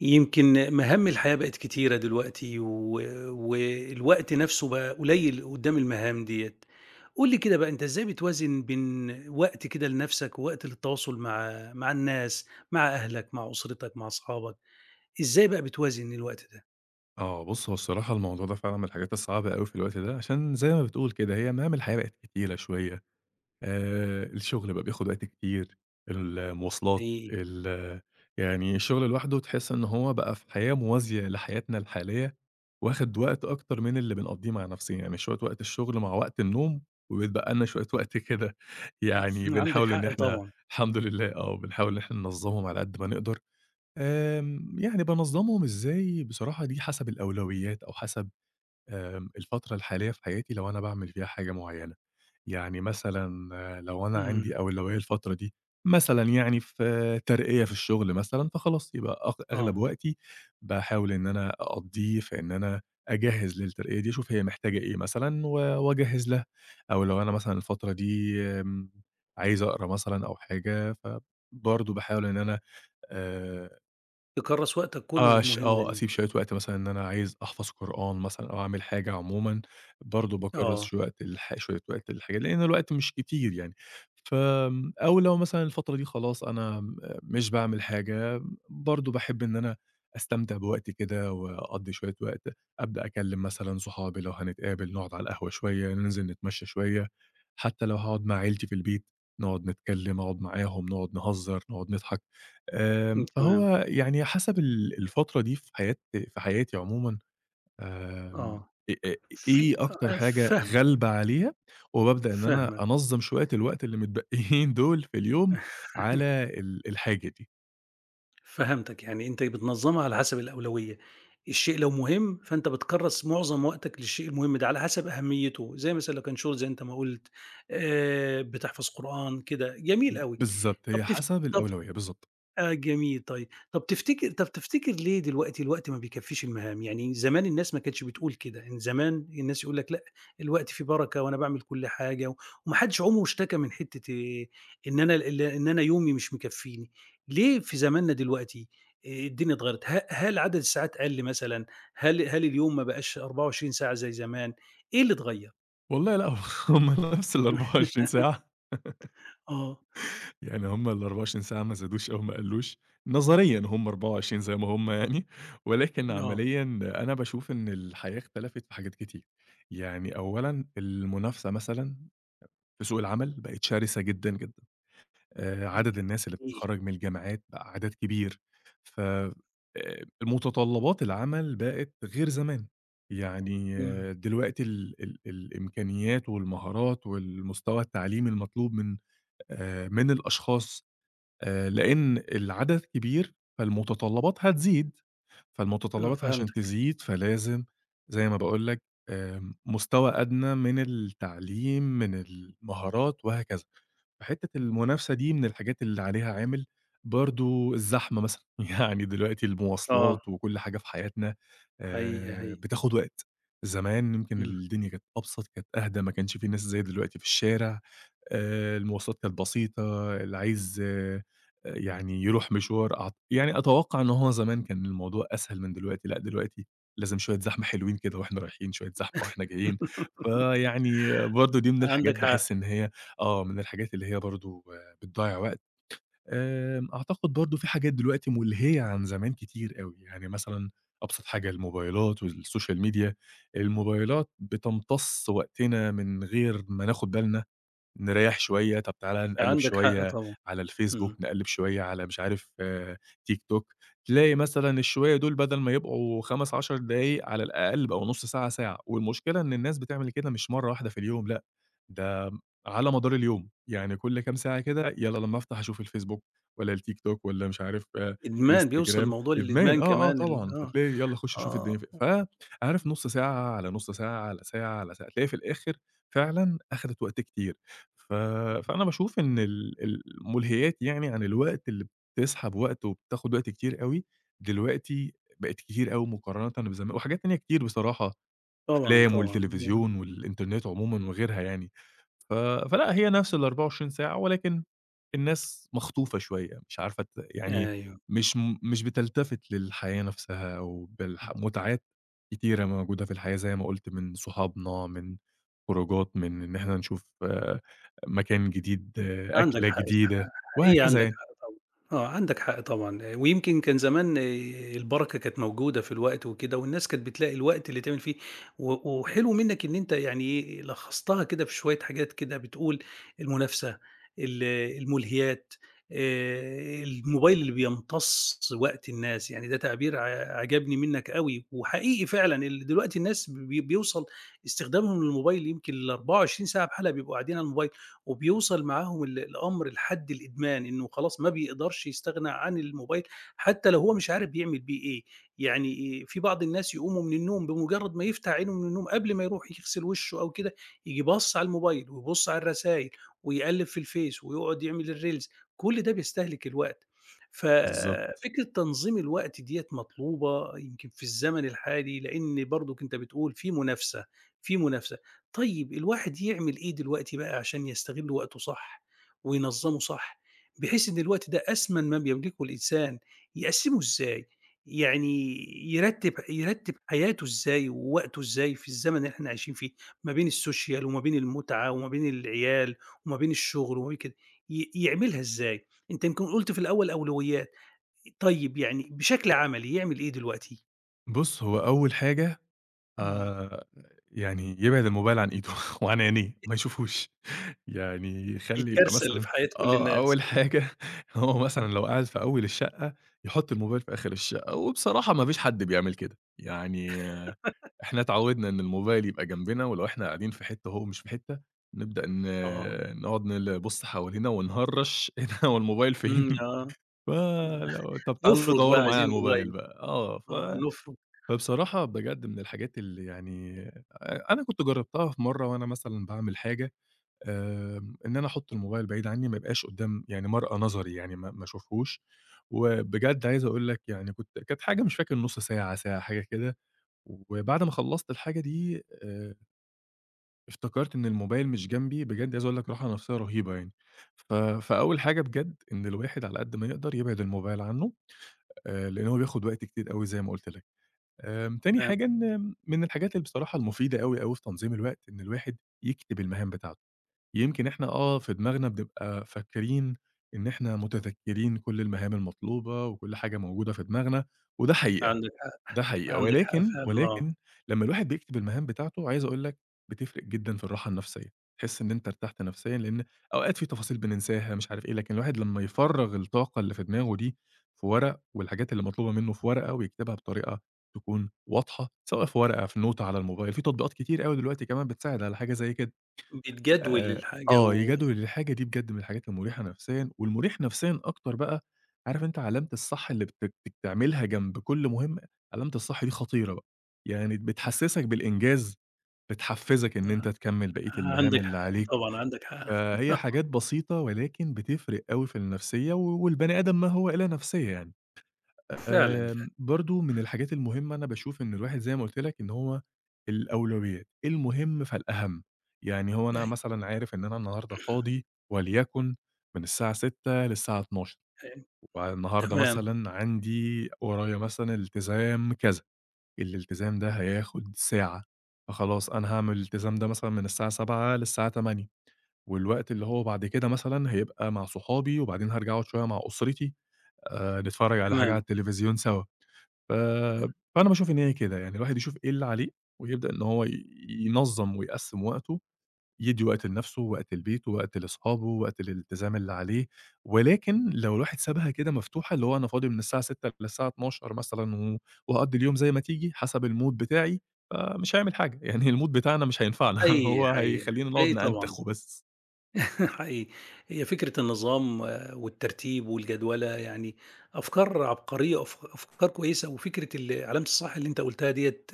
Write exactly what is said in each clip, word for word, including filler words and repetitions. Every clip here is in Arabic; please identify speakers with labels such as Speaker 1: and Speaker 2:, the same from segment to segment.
Speaker 1: يمكن مهام الحياة بقت كتيرة دلوقتي و... والوقت نفسه بقى قليل قدام المهام ديت. قول لي كده بقى، انت ازاي بتوازن بين وقت كده لنفسك ووقت للتواصل مع مع الناس، مع اهلك، مع اسرتك، مع اصحابك؟ ازاي بقى بتوازن الوقت ده؟
Speaker 2: آه، بُص هو الصراحة الموضوع ده فعلًا من الحاجات الصعبة أوي في الوقت ده، عشان زي ما بتقول كده هي مهام الحياة بقت كتيرة شوية، آآ، الشغل بقى بياخد وقت كتير، المواصلات،
Speaker 1: حقيقي.
Speaker 2: ال يعني الشغل لوحده تحس إن هو بقى في حياة موازية لحياتنا الحالية، واخد وقت أكتر من اللي بنقضيه مع نفسنا، يعني شوية وقت الشغل مع وقت النوم، وبيتبقى لنا شوية وقت كده يعني
Speaker 1: عندك
Speaker 2: بنحاول إن
Speaker 1: حق
Speaker 2: إحنا
Speaker 1: طبعا.
Speaker 2: الحمد لله آه، بنحاول إن إحنا ننظمهم على قد ما نقدر. آمم، يعني بانظّمهم إزاي، بصراحة دي حسب الأولويات أو حسب آمم، الفترة الحالية في حياتي لو أنا باعمل فيها حاجة معيّنة. يعني مثلًا آه، لو أنا
Speaker 1: امم.
Speaker 2: عندي أولوية الفترة دي مثلًا يعني في آه، ترقية في الشغل مثلًا، فخلاص يبقى أغ أغلب
Speaker 1: اه.
Speaker 2: وقتي باحاول إن أنا أقضّيه في إن أنا أجهّز للترقية دي، أشوف هي محتاجة إيه مثلًا و وأجهّز لها. أو لو أنا مثلًا الفترة دي آمم، عايز أقرا مثلًا أو حاجة، فبرضه باحاول إن أنا آآ
Speaker 1: تكرس وقتك كله
Speaker 2: آه، ش
Speaker 1: للمهمة
Speaker 2: آه،
Speaker 1: دي.
Speaker 2: أسيب شوية وقت مثلًا إن أنا عايز أحفظ قرآن مثلًا أو أعمل حاجة عمومًا، برضه باكرّس
Speaker 1: اه.
Speaker 2: شوية وقت للح شوية وقت للحاجات، لإن الوقت مش كتير يعني. فآمم، أو لو مثلًا الفترة دي خلاص أنا م مش باعمل حاجة، برضه باحب إن أنا أستمتع بوقتي كده وأقضّي شوية وقت، أبدأ أكلّم مثلًا صحابي لو هنتقابل، نقعد على القهوة شوية، ننزل نتمشى شوية، حتى لو هاقعد مع عيلتي في البيت، نقعد نتكلّم، أقعد معاهم، نقعد نهزّر، نقعد نضحك. آمم،
Speaker 1: تمام.
Speaker 2: فهو يعني حسب ال الفترة دي في حياة في حياتي عمومًا آمم،
Speaker 1: اه.
Speaker 2: إ إ إيه
Speaker 1: في
Speaker 2: أكتر
Speaker 1: آه،
Speaker 2: حاجة
Speaker 1: فاهمك.
Speaker 2: غالبة عليها، وبابدأ إن أنا
Speaker 1: فاهمك.
Speaker 2: أنظّم شوية الوقت اللي متبقيين دول في اليوم على ال الحاجة دي.
Speaker 1: فهمتك، يعني أنت بتنظّمها على حسب الأولوية، الشيء لو مهم فأنت بتكرّس معظم وقتك للشيء المهم ده على حسب أهميته، زي مثلًا لو كان شغل زي أنت ما قُلت، آآ، بتحفظ قرآن كده، جميل أوي.
Speaker 2: بالضبط،
Speaker 1: طب
Speaker 2: هي
Speaker 1: تف
Speaker 2: حسب
Speaker 1: طب،
Speaker 2: الأولوية، بالضبط.
Speaker 1: آه، جميل طيب، طب تفتكر طب تفتكر ليه دلوقتي الوقت ما بيكفّيش المهام؟ يعني زمان الناس ما كانتش بتقول كده، يعني زمان الناس يقول لك لأ، الوقت فيه بركة وأنا باعمل كل حاجة، و وما حدش عمره اشتكى من حتّة آآ، إن أنا ال إن أنا يومي مش مكفّيني. ليه في زماننا دلوقتي آآ، الدنيا اتغيّرت؟ ه هل عدد الساعات قَل مثلًا؟ هل هل اليوم ما بقاش أربعة وعشرين ساعة زي زمان؟ إيه اللي اتغيّر؟
Speaker 2: والله لأ، هم نفس الأربعة وعشرين ساعة.
Speaker 1: آه،
Speaker 2: يعني هم الأربعة وعشرين ساعة ما زادوش أو ما قلّوش، نظريًا هم أربعة وعشرين زي ما هم يعني، ولكن
Speaker 1: آه،
Speaker 2: عمليًا أنا باشوف إن الحياة اختلفت في حاجات كتير، يعني أولًا المنافسة مثلًا في سوق العمل بقت شرسة جدًا، جدًا، آآ عدد
Speaker 1: إمم،
Speaker 2: الناس اللي
Speaker 1: إيه؟
Speaker 2: بتتخرّج من الجامعات بقى عدد كبير، ف آآ متطلبات العمل بقت غير زمان، يعني
Speaker 1: إمم،
Speaker 2: آه، دلوقتي ال ال الإمكانيات والمهارات والمستوى التعليمي المطلوب من آآ من الأشخاص آآ لإن العدد كبير، فالمتطلبات هتزيد،
Speaker 1: آه،
Speaker 2: فالمتطلبات عشان
Speaker 1: فهمتك.
Speaker 2: تزيد فلازم زي ما باقول لك آمم مستوى أدنى من التعليم، من المهارات وهكذا. حتة المنافسة دي من الحاجات اللي عليها عامل برضه الزحمة مثلًا، يعني دلوقتي
Speaker 1: آه،
Speaker 2: المواصلات وكل حاجة في حياتنا
Speaker 1: حقيقي،
Speaker 2: آآ
Speaker 1: حقيقي.
Speaker 2: بتاخد وقت، زمان يمكن
Speaker 1: إمم.
Speaker 2: الدنيا كانت أبسط، كانت أهدى، ما كانش في ناس زي دلوقتي في الشارع، آآ المواصلات كانت بسيطة، اللي عايز آآ يعني يروح مشوار أعت يعني أتوقع إن هو زمان كان الموضوع أسهل من دلوقتي، لأ دلوقتي لازم شوية زحمة حلوين كده وإحنا رايحين، شوية زحمة وإحنا جايين، فيعني برضه دي من الحاجات
Speaker 1: عندك حق،
Speaker 2: باحس إن هي آه، من الحاجات اللي هي برضه بتضيّع وقت. آمم، أعتقد برضه في حاجات دلوقتي مُلهية عن زمان كتير أوي، يعني مثلًا أبسط حاجة الموبايلات والsocial media، الموبايلات بتمتص وقتنا من غير ما ناخد بالنا، نريّح شوية، طَب تعالَ نقلِّب
Speaker 1: عندك حق
Speaker 2: شوية
Speaker 1: طبعًا.
Speaker 2: على الفيسبوك،
Speaker 1: إمم.
Speaker 2: نقلِّب شوية على مش عارف آه، تيك توك، تلاقي مثلًا الشوية دول بدل ما يبقوا خمسة، عشرة دقايق على الأقل بقوا نُص ساعة، ساعة، والمشكلة إن الناس بتعمل كده مش مرّة واحدة في اليوم لأ، ده على مدار اليوم، يعني كل كام ساعة كده يالّا لمّا أفتح أشوف الفيسبوك والّا التيك توك والّا مش عارف آه،
Speaker 1: إدمان، بيوصل
Speaker 2: إنستجرام،
Speaker 1: الموضوع
Speaker 2: إدمان
Speaker 1: للإدمان
Speaker 2: آه، آه
Speaker 1: كمان ال
Speaker 2: طبعًا،
Speaker 1: آه،
Speaker 2: فتلاقي يالّا خُش شوف
Speaker 1: آه،
Speaker 2: الدنيا في إيه، فعارف نُص ساعة، على نُص ساعة، على ساعة، على ساعة، تلاقي في الآخر فعلًا أخدت وقت كتير، ف فأنا باشوف إن ال الملهيات يعني عن الوقت اللي بتسحب وقت وبتاخد وقت كتير أوي، دلوقتي بقت كتير أوي مقارنةً بزمان وحاجات تانية كتير بصراحة،
Speaker 1: طبعًا،
Speaker 2: أفلام
Speaker 1: طبعًا.
Speaker 2: والتليفزيون والإنترنت عمومًا وغيرها يعني. ف فلأ، هي نفس الأربعة وعشرين ساعة، ولكن الناس مخطوفة شوية، مش عارفة ت يعني
Speaker 1: أيوه.
Speaker 2: مش م مش بتلتفت للحياة نفسها أو بالح متعات كتيرة موجودة في الحياة زي ما قُلت من صحابنا، من خروجات، من إن إحنا نشوف آه، مكان جديد، آه،
Speaker 1: عندك
Speaker 2: أكلة
Speaker 1: حق صح.
Speaker 2: جديدة،
Speaker 1: حقيقي،
Speaker 2: وهكذا
Speaker 1: عندك
Speaker 2: يعني.
Speaker 1: حق طبعًا. آه، عندك حق طبعًا. آه، ويمكن كان زمان آه، البركة كانت موجودة في الوقت وكده، والناس كانت بتلاقي الوقت اللي تعمل فيه، و وحلو منك إن أنت يعني إيه لخّصتها كده في شوية حاجات، كده بتقول: المنافسة، ال الملهيات، آآ، الموبايل اللي بيمتص وقت الناس. يعني ده تعبير ع عجبني منك أوي. وحقيقي فعلًا ال دلوقتي الناس بي بيوصل استخدامهم للموبايل يمكن ال24 ساعة بحالها بيبقوا قاعدين على الموبايل. وبيوصل معاهم ال الأمر لحد الإدمان، إنه خلاص ما بيقدرش يستغنى عن الموبايل حتى لو هو مش عارف بيعمل بيه إيه. يعني إيه، في بعض الناس يقوموا من النوم بمجرد ما يفتح عينه من النوم قبل ما يروح يغسل وشه أو كده، ييجي باص على الموبايل ويبُص على الرسايل ويقلِّب في الفيس ويقعد يعمل الريلز، كل ده بيستهلك الوقت.
Speaker 2: بالضبط.
Speaker 1: ففكرة تنظيم الوقت ديّة مطلوبة يمكن في الزمن الحالي، لإن برضُك أنت بتقول في منافسة، في منافسة. طيب الواحد يعمل إيه دلوقتي بقى عشان يستغل وقته صح، وينظّمه صح، بحيث إن الوقت ده أثمن ما بيملكه الإنسان، يقسّمه إزاي؟ يعني يرتّب يرتّب حياته إزاي ووقته إزاي في الزمن اللي إحنا عايشين فيه، ما بين السوشيال وما بين المُتعة وما بين العيال وما بين الشغل وما بين كده، ي يعملها إزاي؟ أنت يمكن قُلت في الأول أولويات. طيب يعني بشكل عملي يعمل إيه دلوقتي؟
Speaker 2: بُص، هو أول حاجة
Speaker 1: إمم،
Speaker 2: آآ يعني يبعد الموبايل عن إيده وعن عينيه، ما يشوفوش. يعني يخلّي يبقى
Speaker 1: الكارثة اللي
Speaker 2: مثلًا
Speaker 1: في حياة كل
Speaker 2: آه،
Speaker 1: الناس.
Speaker 2: أول حاجة هو
Speaker 1: إمم.
Speaker 2: مثلًا لو قاعد في أول الشقة، يحُط الموبايل في آخر الشقة، وبصراحة ما فيش حد بيعمل كده. يعني آه، إحنا اتعوّدنا إن الموبايل يبقى جنبنا، ولو إحنا قاعدين في حتّة وهو مش في حتّة، نبدأ ن
Speaker 1: آه.
Speaker 2: نقعد نبُص حوالينا ونهرّش إيه ده هو الموبايل فين؟
Speaker 1: إمم. آه. آه،
Speaker 2: فلو طَب تعالوا
Speaker 1: نفرُك بقى
Speaker 2: دَوّروا معايا
Speaker 1: عايزين
Speaker 2: على الموبايل
Speaker 1: موبايل.
Speaker 2: بقى. آه، ف
Speaker 1: آه، نفرُك.
Speaker 2: فبصراحة بجد من الحاجات اللي يعني أ أنا كنت جرّبتها في مرّة وأنا مثلًا باعمل حاجة، آمم، إن أنا أحُط الموبايل بعيد عنّي ما يبقاش قدّام يعني مرأى نظري يعني ما ما أشوفهوش، وبجد عايز أقول لك يعني كنت كانت حاجة مش فاكر نُص ساعة، ساعة، حاجة كده، وبعد ما خلّصت الحاجة دي آآ، افتكرت إن الموبايل مش جنبي، بجد عايز أقول لك راحة نفسيّة رهيبة يعني. ف فأول حاجة بجد إن الواحد على قد ما يقدر يبعد الموبايل عنّه، آآ، لإن هو بياخد وقت كتير أوي زي ما قُلت لك. آمم، تاني
Speaker 1: تمام.
Speaker 2: حاجة إن من الحاجات اللي بصراحة المفيدة أوي، أوي في تنظيم الوقت، إن الواحد يكتب المهام بتاعته. يمكن إحنا آه، في دماغنا بنبقى فاكرين إن إحنا متذكرين كل المهام المطلوبة وكل حاجة موجودة في دماغنا، وده حقيقة.
Speaker 1: عندك حق.
Speaker 2: ده حقيقة،
Speaker 1: عندك حق
Speaker 2: ولكن،
Speaker 1: فعلًا. آه،
Speaker 2: ولكن لمّا الواحد بيكتب المهام بتاعته عايز أقول لك بتفرق جدًا في الراحة النفسية، تحس إن أنت ارتحت نفسيًا لإن أوقات في تفاصيل بننساها مش عارف إيه، لكن الواحد لمّا يفرّغ الطاقة اللي في دماغه دي في ورق والحاجات اللي مطلوبة منه في ورقة ويكتبها بطريقة تكون واضحة، سواء في ورقة، في نوتة على الموبايل، في تطبيقات كتير أوي دلوقتي كمان بتساعد على حاجة زي كده.
Speaker 1: بتجدول
Speaker 2: آآ
Speaker 1: الحاجة
Speaker 2: آه،
Speaker 1: و
Speaker 2: يجادل الحاجة دي بجد من الحاجات المُريحة نفسيًا، والمُريح نفسيًا أكتر بقى عارف أنت علامة الصح اللي بت بتعملها جنب كل مهمة، علامة الصح دي خطيرة بقى، يعني بتحسّسك بالإنجاز، بتحفّزك إن
Speaker 1: آه،
Speaker 2: أنت تكمّل بقية المهام
Speaker 1: عندك
Speaker 2: اللي
Speaker 1: حق
Speaker 2: عليك،
Speaker 1: طبعًا. عندك حق.
Speaker 2: فهي حاجات بسيطة ولكن بتفرق أوي في النفسية، و والبني آدم ما هو إلا نفسية يعني.
Speaker 1: فعلًا، فعلًا.
Speaker 2: آمم، برضه من الحاجات المهمة أنا باشوف إن الواحد زي ما قُلت لك إن هو الأولويات، المهم فالأهم، يعني هو أنا
Speaker 1: أيوه،
Speaker 2: مثلًا عارف إن أنا النهارده فاضي وليكن من الساعة ستة للساعة اتناشر
Speaker 1: أيوه.
Speaker 2: والنهارده
Speaker 1: تمام،
Speaker 2: مثلًا عندي ورايا مثلًا التزام كذا، الالتزام ده هياخد ساعة، فخلاص أنا هاعمل الالتزام ده مثلًا من الساعة سبعة للساعة تمانية والوقت اللي هو بعد كده مثلًا هيبقى مع صحابي وبعدين هارجع أقعد شوية مع أسرتي، آآ، نتفرّج على حاجة على
Speaker 1: تمام.
Speaker 2: التلفزيون سوا. ف فأنا باشوف إن هي كده، يعني الواحد يشوف إيه اللي عليه ويبدأ إن هو ي ينظّم ويقسّم وقته، يدّي وقت لنَفْسه، وقت لبيته، وقت لأصحابه، وقت للالتزام اللي عليه، ولكن لو الواحد سابها كده مفتوحة اللي هو أنا فاضي من الساعة ستة للساعة اتناشر مثلًا و وهاقضّي اليوم زي ما تيجي حسب المود بتاعي، فمش هيعمل حاجة، يعني المود بتاعنا مش هينفعنا
Speaker 1: حقيقي،
Speaker 2: هو
Speaker 1: حقيقي.
Speaker 2: هيخلّينا نقعد
Speaker 1: حقيقي طبعًا.
Speaker 2: نأنتخ وبس.
Speaker 1: حقيقي. هي فكرة النظام آآ، والترتيب والجدولة يعني أفكار عبقرية، أف أفكار كويسة. وفكرة ال علامة الصح اللي أنت قُلتها ديّة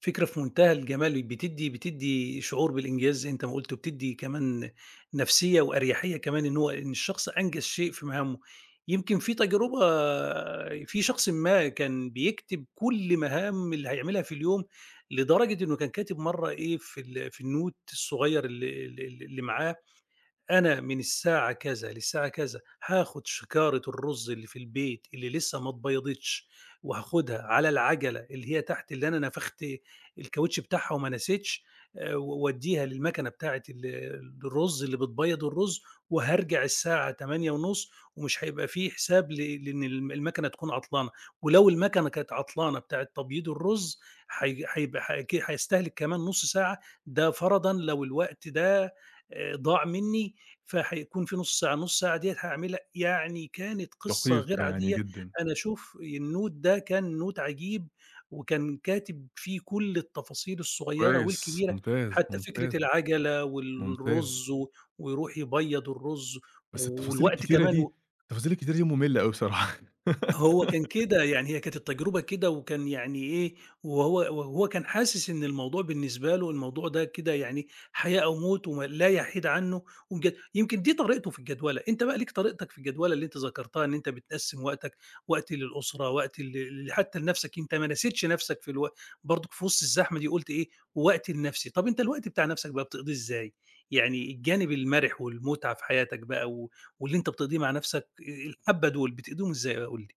Speaker 1: فكرة في منتهى الجمال، بتدّي بتدّي شعور بالإنجاز زي أنت ما قُلت، وبتدّي كمان نفسية وأريحية كمان إن هو إن الشخص أنجز شيء في مهامه. يمكن في تجربة، آه، في شخص ما كان بيكتب كل مهام اللي هيعملها في اليوم، لدرجة إنه كان كاتب مرّة إيه في ال في النوت الصغير ال ال اللي معاه: أنا من الساعة كذا للساعة كذا هاخد شكارة الرز اللي في البيت اللي لسه ما اتبيضتش وهاخدها على العجلة اللي هي تحت اللي أنا نفخت الكاوتش بتاعها وما نسيتش، آه، وأوديها للمكنة بتاعة ال- الرز اللي بتبيض الرز، وهرجع الساعة تمانية ونص، ومش هيبقى فيه حساب ل- لأن الم- المكنة تكون عطلانة. ولو المكنة كانت عطلانة بتاعة تبييض الرز هي- هيبقى هيستهلك كمان نص ساعة. ده فرضا لو الوقت ده آه، ضاع مني، فهيكون في نُص ساعة، النُص ساعة ديّة هاعملها. يعني كانت قصة
Speaker 2: دقيق
Speaker 1: غير
Speaker 2: يعني
Speaker 1: عادية.
Speaker 2: جدًا.
Speaker 1: أنا أشوف النوت ده كان نوت عجيب، وكان كاتب فيه كل التفاصيل الصغيّرة
Speaker 2: كويس،
Speaker 1: والكبيرة،
Speaker 2: ممتاز،
Speaker 1: حتى فكرة
Speaker 2: ممتاز،
Speaker 1: العجلة
Speaker 2: ممتاز.
Speaker 1: والرُز و ويروح يبيّض الرُز
Speaker 2: بس التفاصيل
Speaker 1: والوقت
Speaker 2: الكتيرة
Speaker 1: كمان
Speaker 2: دي
Speaker 1: و
Speaker 2: التفاصيل الكتيرة دي مملة أوي بصراحة.
Speaker 1: هو كان كده. يعني هي كانت التجربة كده وكان يعني إيه، وهو وهو كان حاسس إن الموضوع بالنسبة له الموضوع ده كده، يعني حياة أو موت وما لا يحيد عنه. ومجد يمكن دي طريقته في الجدولة. أنت بقى ليك طريقتك في الجدولة اللي أنت ذكرتها، إن أنت بتقسّم وقتك: وقت للأسرة، وقت ل ل حتى لنفسك، أنت ما نسيتش نفسك في الو برضك في وسط الزحمة دي قُلت إيه، وقت لنفسي. طَب أنت الوقت بتاع نفسك بقى بتقضيه إزاي؟ يعني الجانب المَرِح والمتعة في حياتك بقى، و واللي أنت بتقضيه مع نفسك آآ الحبّة دول بتقضيهم إزاي بقى؟ قُل لي.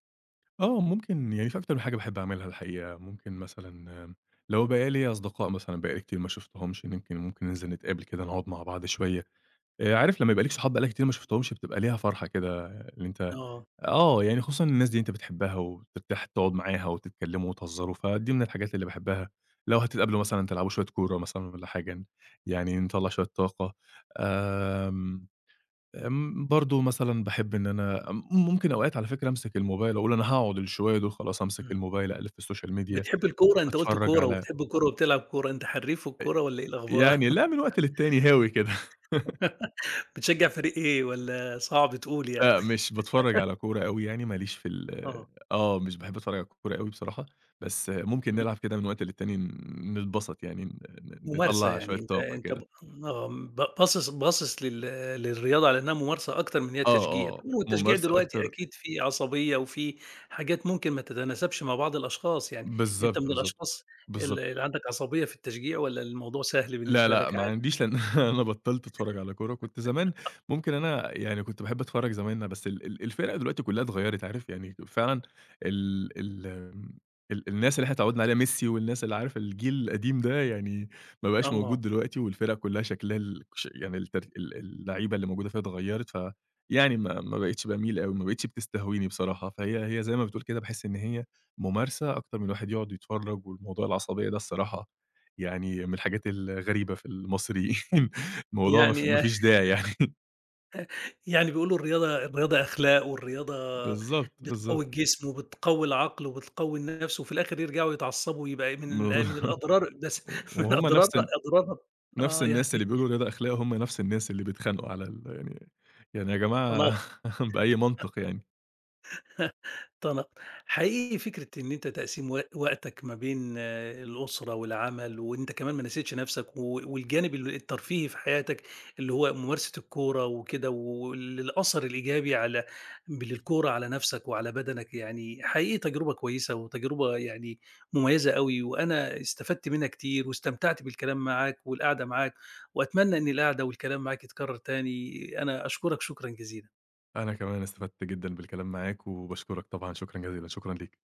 Speaker 2: آه، ممكن يعني في أكتر من حاجة باحب أعملها الحقيقة، ممكن مثلًا آمم، لو بقى ليّا أصدقاء مثلًا بقى لي كتير ما شُفتهمش، يمكن ممكن ننزل نتقابل كده نقعد مع بعض شوية، آآ، عارف لمّا يبقى ليك صحاب بقى لك كتير ما شُفتهمش بتبقى ليها فرحة كده اللي أنت
Speaker 1: آه،
Speaker 2: آه، يعني خصوصًا الناس دي أنت بتحبها وترتاح تقعد معاها وتتكلموا وتهزروا، فدي من الحاجات اللي باحبها. لو هتتقابلوا مثلًا تلعبوا شوية كورة مثلًا والّا حاجة، يعني نطلّع شوية طاقة، آمم آمم، برضه مثلًا باحب إن أنا م ممكن أوقات على فكرة أمسك الموبايل أقول أنا هاقعد الشوية دول خلاص أمسك
Speaker 1: إمم.
Speaker 2: الموبايل أقلِّب في السوشيال ميديا،
Speaker 1: بتحب الكورة، أنت قُلت
Speaker 2: أتفرّج
Speaker 1: كورة
Speaker 2: على
Speaker 1: وبتحب الكورة وبتلعب كورة، أنت حريف في
Speaker 2: أ
Speaker 1: الكورة والّا إيه الأخبار؟
Speaker 2: يعني لأ، من وقت للتاني هاوي كده.
Speaker 1: بتشجّع فريق إيه والّا صعب تقول يعني؟
Speaker 2: لأ، مش باتفرّج على كورة أوي يعني ما ليش في ال
Speaker 1: آه،
Speaker 2: آه، مش باحب أتفرّج على الكورة أوي بصراحة، بس ممكن
Speaker 1: اهم.
Speaker 2: نلعب كده من وقت للتاني ن نتبسط يعني ن ن
Speaker 1: ممارسة
Speaker 2: نطلّع شوية
Speaker 1: يعني أنت
Speaker 2: طاقة
Speaker 1: أنت ب
Speaker 2: كده.
Speaker 1: آه، ب باصص باصص لل للرياضة على إنها ممارسة أكتر من هي
Speaker 2: آه،
Speaker 1: تشجيع.
Speaker 2: آه،
Speaker 1: طبعًا والتشجيع
Speaker 2: ممارسة
Speaker 1: دلوقتي
Speaker 2: أكتر
Speaker 1: أكيد فيه عصبية وفيه حاجات ممكن ما تتناسبش مع بعض الأشخاص، يعني أنت
Speaker 2: بالضبط،
Speaker 1: من
Speaker 2: بالضبط،
Speaker 1: الأشخاص ال
Speaker 2: بالضبط.
Speaker 1: اللي عندك عصبية في التشجيع والّا الموضوع سهل
Speaker 2: لا،
Speaker 1: بالنسبة
Speaker 2: لأ،
Speaker 1: لك
Speaker 2: ما
Speaker 1: عادي؟
Speaker 2: عنديش لأن أنا بطّلت أتفرّج على كورة، كنت زمان ممكن أنا يعني كنت باحب أتفرّج زمان أنا بس ال ال الفِرَق دلوقتي كلّها اتغيّرت عارف، يعني فعلًا ال ال آمم، ال الناس اللي إحنا اتعوّدنا عليها ميسي والناس اللي عارف الجيل القديم ده يعني ما بقاش
Speaker 1: آه،
Speaker 2: موجود دلوقتي والفِرَق كلّها شكلها ال ش يعني التر ال اللعيبة اللي موجودة فيها اتغيّرت، ف يعني ما ما بقيتش باميل أوي، ما بقيتش بتستهويني بصراحة، فهي هي زي ما بتقول كده باحس إن هي ممارسة أكتر من الواحد يقعد يتفرّج والموضوع العصبية ده الصراحة يعني من الحاجات الغريبة في المصريين الموضوع ما ف
Speaker 1: يعني
Speaker 2: ما فيش داعي يعني
Speaker 1: يعني بيقولوا: الرياضة الرياضة أخلاق. والرياضة
Speaker 2: بالضبط، بالضبط،
Speaker 1: بتقوي الجسم، وبتقوي العقل، وبتقوي النفس، وفي الآخر يرجعوا يتعصبوا ويبقى من
Speaker 2: بالضبط
Speaker 1: ال من الأضرار بس. من
Speaker 2: وهُم نفس
Speaker 1: أضرارها،
Speaker 2: ال
Speaker 1: أضرارها.
Speaker 2: نفس
Speaker 1: آه يعني
Speaker 2: الناس اللي بيقولوا الرياضة أخلاق، هُم نفس الناس اللي بيتخانقوا على ال يعني يعني يا جماعة
Speaker 1: تناقض.
Speaker 2: بأي منطق يعني؟
Speaker 1: طَلع حقيقي فكرة إن أنت تقسيم و وقتك ما بين آه، الأسرة والعمل، وأنت كمان ما نسيتش نَفْسك و والجانب ال الترفيهي في حياتك، اللي هو ممارسة الكورة وكده، وال الأثر الإيجابي، على بالكورة على نَفْسك وعلى بدنك. يعني حقيقي تجربة كويسة وتجربة يعني مميزة أوي، وأنا استفدت منها كتير واستمتعت بالكلام معاك والقعدة معاك، وأتمنى إن القعدة والكلام معاك يتكرر تاني. أنا أشكرك شكرًا جزيلًا.
Speaker 2: أنا كمان استفدت جدًا بالكلام معاك وباشكرك طبعًا، شكرًا جزيلًا، شكرًا ليك.